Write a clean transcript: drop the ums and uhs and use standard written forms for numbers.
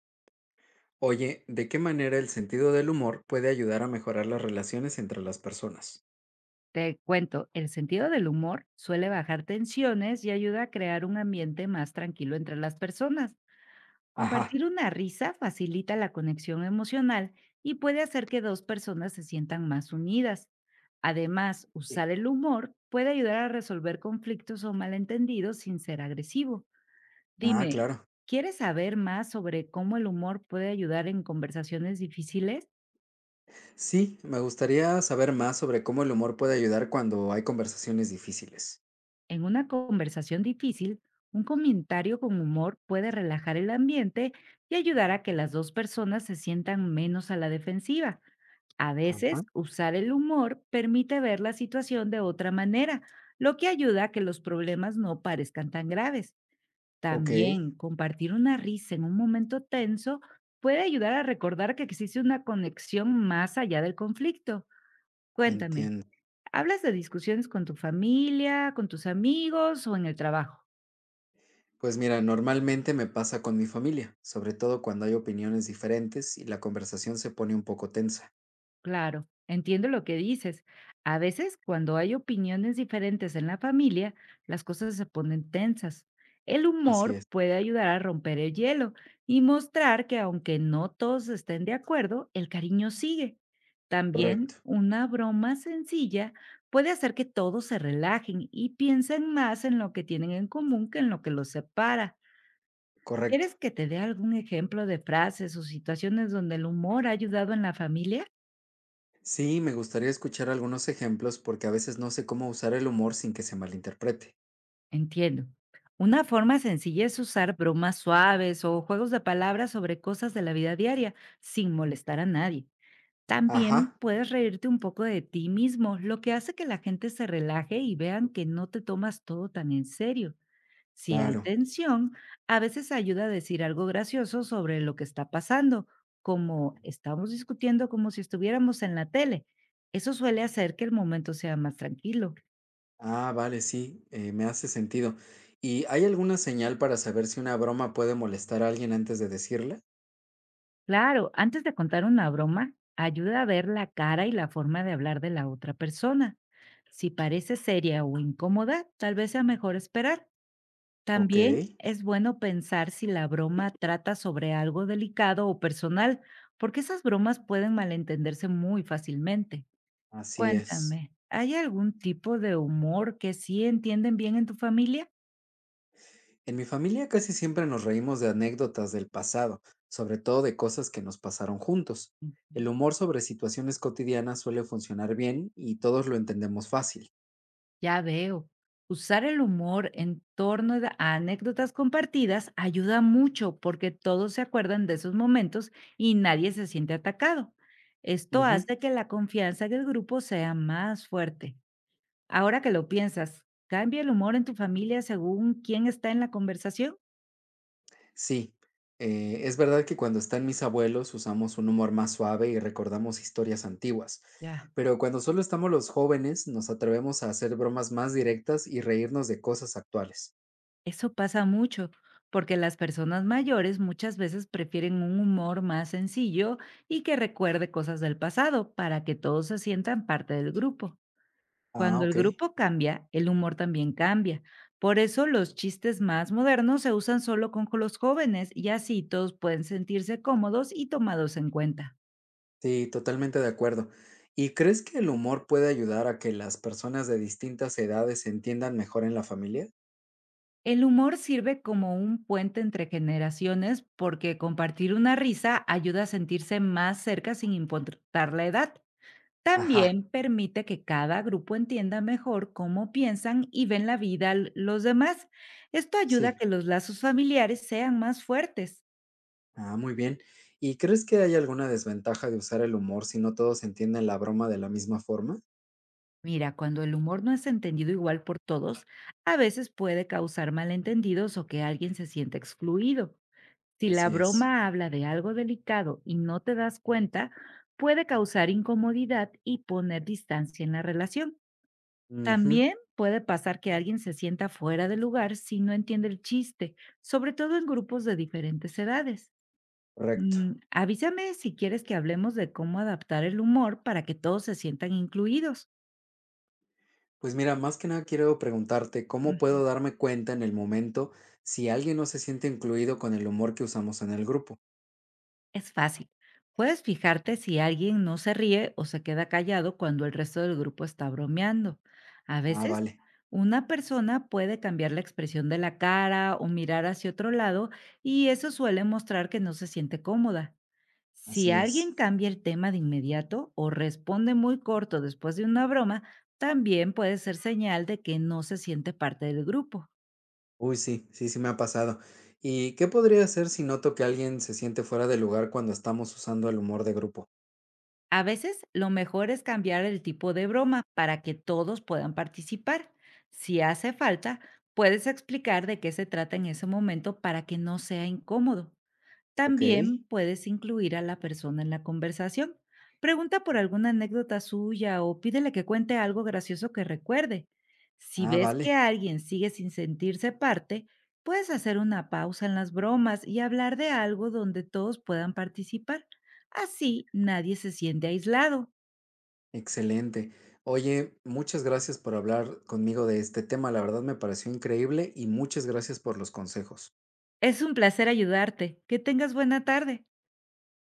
Oye, ¿de qué manera el sentido del humor puede ayudar a mejorar las relaciones entre las personas? Te cuento, el sentido del humor suele bajar tensiones y ayuda a crear un ambiente más tranquilo entre las personas. Ajá, Compartir una risa facilita la conexión emocional y puede hacer que dos personas se sientan más unidas. Además, sí. usar el humor puede ayudar a resolver conflictos o malentendidos sin ser agresivo. Ah, Dime, claro. ¿quieres saber más sobre cómo el humor puede ayudar en conversaciones difíciles? Sí, me gustaría saber más sobre cómo el humor puede ayudar cuando hay conversaciones difíciles. En una conversación difícil, un comentario con humor puede relajar el ambiente y ayudar a que las dos personas se sientan menos a la defensiva. A Ajá. veces, usar el humor permite ver la situación de otra manera, lo que ayuda a que los problemas no parezcan tan graves. Ok, También, compartir una risa en un momento tenso puede ayudar a recordar que existe una conexión más allá del conflicto. Cuéntame, entiendo. ¿hablas de discusiones con tu familia, con tus amigos o en el trabajo? Pues mira, normalmente me pasa con mi familia, sobre todo cuando hay opiniones diferentes y la conversación se pone un poco tensa. Claro, entiendo lo que dices. A veces, cuando hay opiniones diferentes en la familia, las cosas se ponen tensas. El Así humor es. puede ayudar a romper el hielo y mostrar que aunque no todos estén de acuerdo, el cariño sigue. También Correcto, una broma sencilla puede hacer que todos se relajen y piensen más en lo que tienen en común que en lo que los separa. correcto. ¿Quieres que te dé algún ejemplo de frases o situaciones donde el humor ha ayudado en la familia? Sí, me gustaría escuchar algunos ejemplos porque a veces no sé cómo usar el humor sin que se malinterprete. Entiendo. Una forma sencilla es usar bromas suaves o juegos de palabras sobre cosas de la vida diaria, sin molestar a nadie. También Ajá. puedes reírte un poco de ti mismo, lo que hace que la gente se relaje y vean que no te tomas todo tan en serio. Si hay Claro. tensión, a veces ayuda a decir algo gracioso sobre lo que está pasando, como estamos discutiendo como si estuviéramos en la tele. Eso suele hacer que el momento sea más tranquilo. Ah, vale, sí, me hace sentido. ¿Y hay alguna señal para saber si una broma puede molestar a alguien antes de decirla? Claro, antes de contar una broma, ayuda a ver la cara y la forma de hablar de la otra persona. Si parece seria o incómoda, tal vez sea mejor esperar. Ok, También es bueno pensar si la broma trata sobre algo delicado o personal, porque esas bromas pueden malentenderse muy fácilmente. así es. Cuéntame, ¿hay algún tipo de humor que sí entienden bien en tu familia? En mi familia casi siempre nos reímos de anécdotas del pasado, sobre todo de cosas que nos pasaron juntos. Ujú. El humor sobre situaciones cotidianas suele funcionar bien y todos lo entendemos fácil. Ya veo. Usar el humor en torno a anécdotas compartidas ayuda mucho porque todos se acuerdan de esos momentos y nadie se siente atacado. Esto Ujú. hace que la confianza del grupo sea más fuerte. Ahora que lo piensas, ¿cambia el humor en tu familia según quién está en la conversación? Sí, es verdad que cuando están mis abuelos usamos un humor más suave y recordamos historias antiguas, Ya. pero cuando solo estamos los jóvenes nos atrevemos a hacer bromas más directas y reírnos de cosas actuales. Eso pasa mucho, porque las personas mayores muchas veces prefieren un humor más sencillo y que recuerde cosas del pasado para que todos se sientan parte del grupo. Ah, Cuando el ok. grupo cambia, el humor también cambia. Por eso los chistes más modernos se usan solo con los jóvenes y así todos pueden sentirse cómodos y tomados en cuenta. Sí, totalmente de acuerdo. ¿Y crees que el humor puede ayudar a que las personas de distintas edades se entiendan mejor en la familia? El humor sirve como un puente entre generaciones porque compartir una risa ayuda a sentirse más cerca sin importar la edad. Ajá, También permite que cada grupo entienda mejor cómo piensan y ven la vida los demás. Esto ayuda a sí. que los lazos familiares sean más fuertes. Ah, muy bien. ¿Y crees que hay alguna desventaja de usar el humor si no todos entienden la broma de la misma forma? Mira, cuando el humor no es entendido igual por todos, a veces puede causar malentendidos o que alguien se sienta excluido. Si la Así es. broma habla de algo delicado y no te das cuenta, puede causar incomodidad y poner distancia en la relación. Ujú. También puede pasar que alguien se sienta fuera de lugar si no entiende el chiste, sobre todo en grupos de diferentes edades. Correcto. Avísame si quieres que hablemos de cómo adaptar el humor para que todos se sientan incluidos. Pues mira, más que nada quiero preguntarte, ¿cómo puedo darme cuenta en el momento si alguien no se siente incluido con el humor que usamos en el grupo? Es fácil. Puedes fijarte si alguien no se ríe o se queda callado cuando el resto del grupo está bromeando. A Ah, veces, vale, una persona puede cambiar la expresión de la cara o mirar hacia otro lado y eso suele mostrar que no se siente cómoda. Si así alguien es. cambia el tema de inmediato o responde muy corto después de una broma, también puede ser señal de que no se siente parte del grupo. Uy, sí, sí, sí me ha pasado. ¿Y qué podría hacer si noto que alguien se siente fuera de lugar cuando estamos usando el humor de grupo? A veces lo mejor es cambiar el tipo de broma para que todos puedan participar. Si hace falta, puedes explicar de qué se trata en ese momento para que no sea incómodo. Ok. También puedes incluir a la persona en la conversación. Pregunta por alguna anécdota suya o pídele que cuente algo gracioso que recuerde. Si Ah, ves vale, que alguien sigue sin sentirse parte, puedes hacer una pausa en las bromas y hablar de algo donde todos puedan participar. Así nadie se siente aislado. excelente. Oye, muchas gracias por hablar conmigo de este tema. La verdad me pareció increíble y muchas gracias por los consejos. Es un placer ayudarte. Que tengas buena tarde.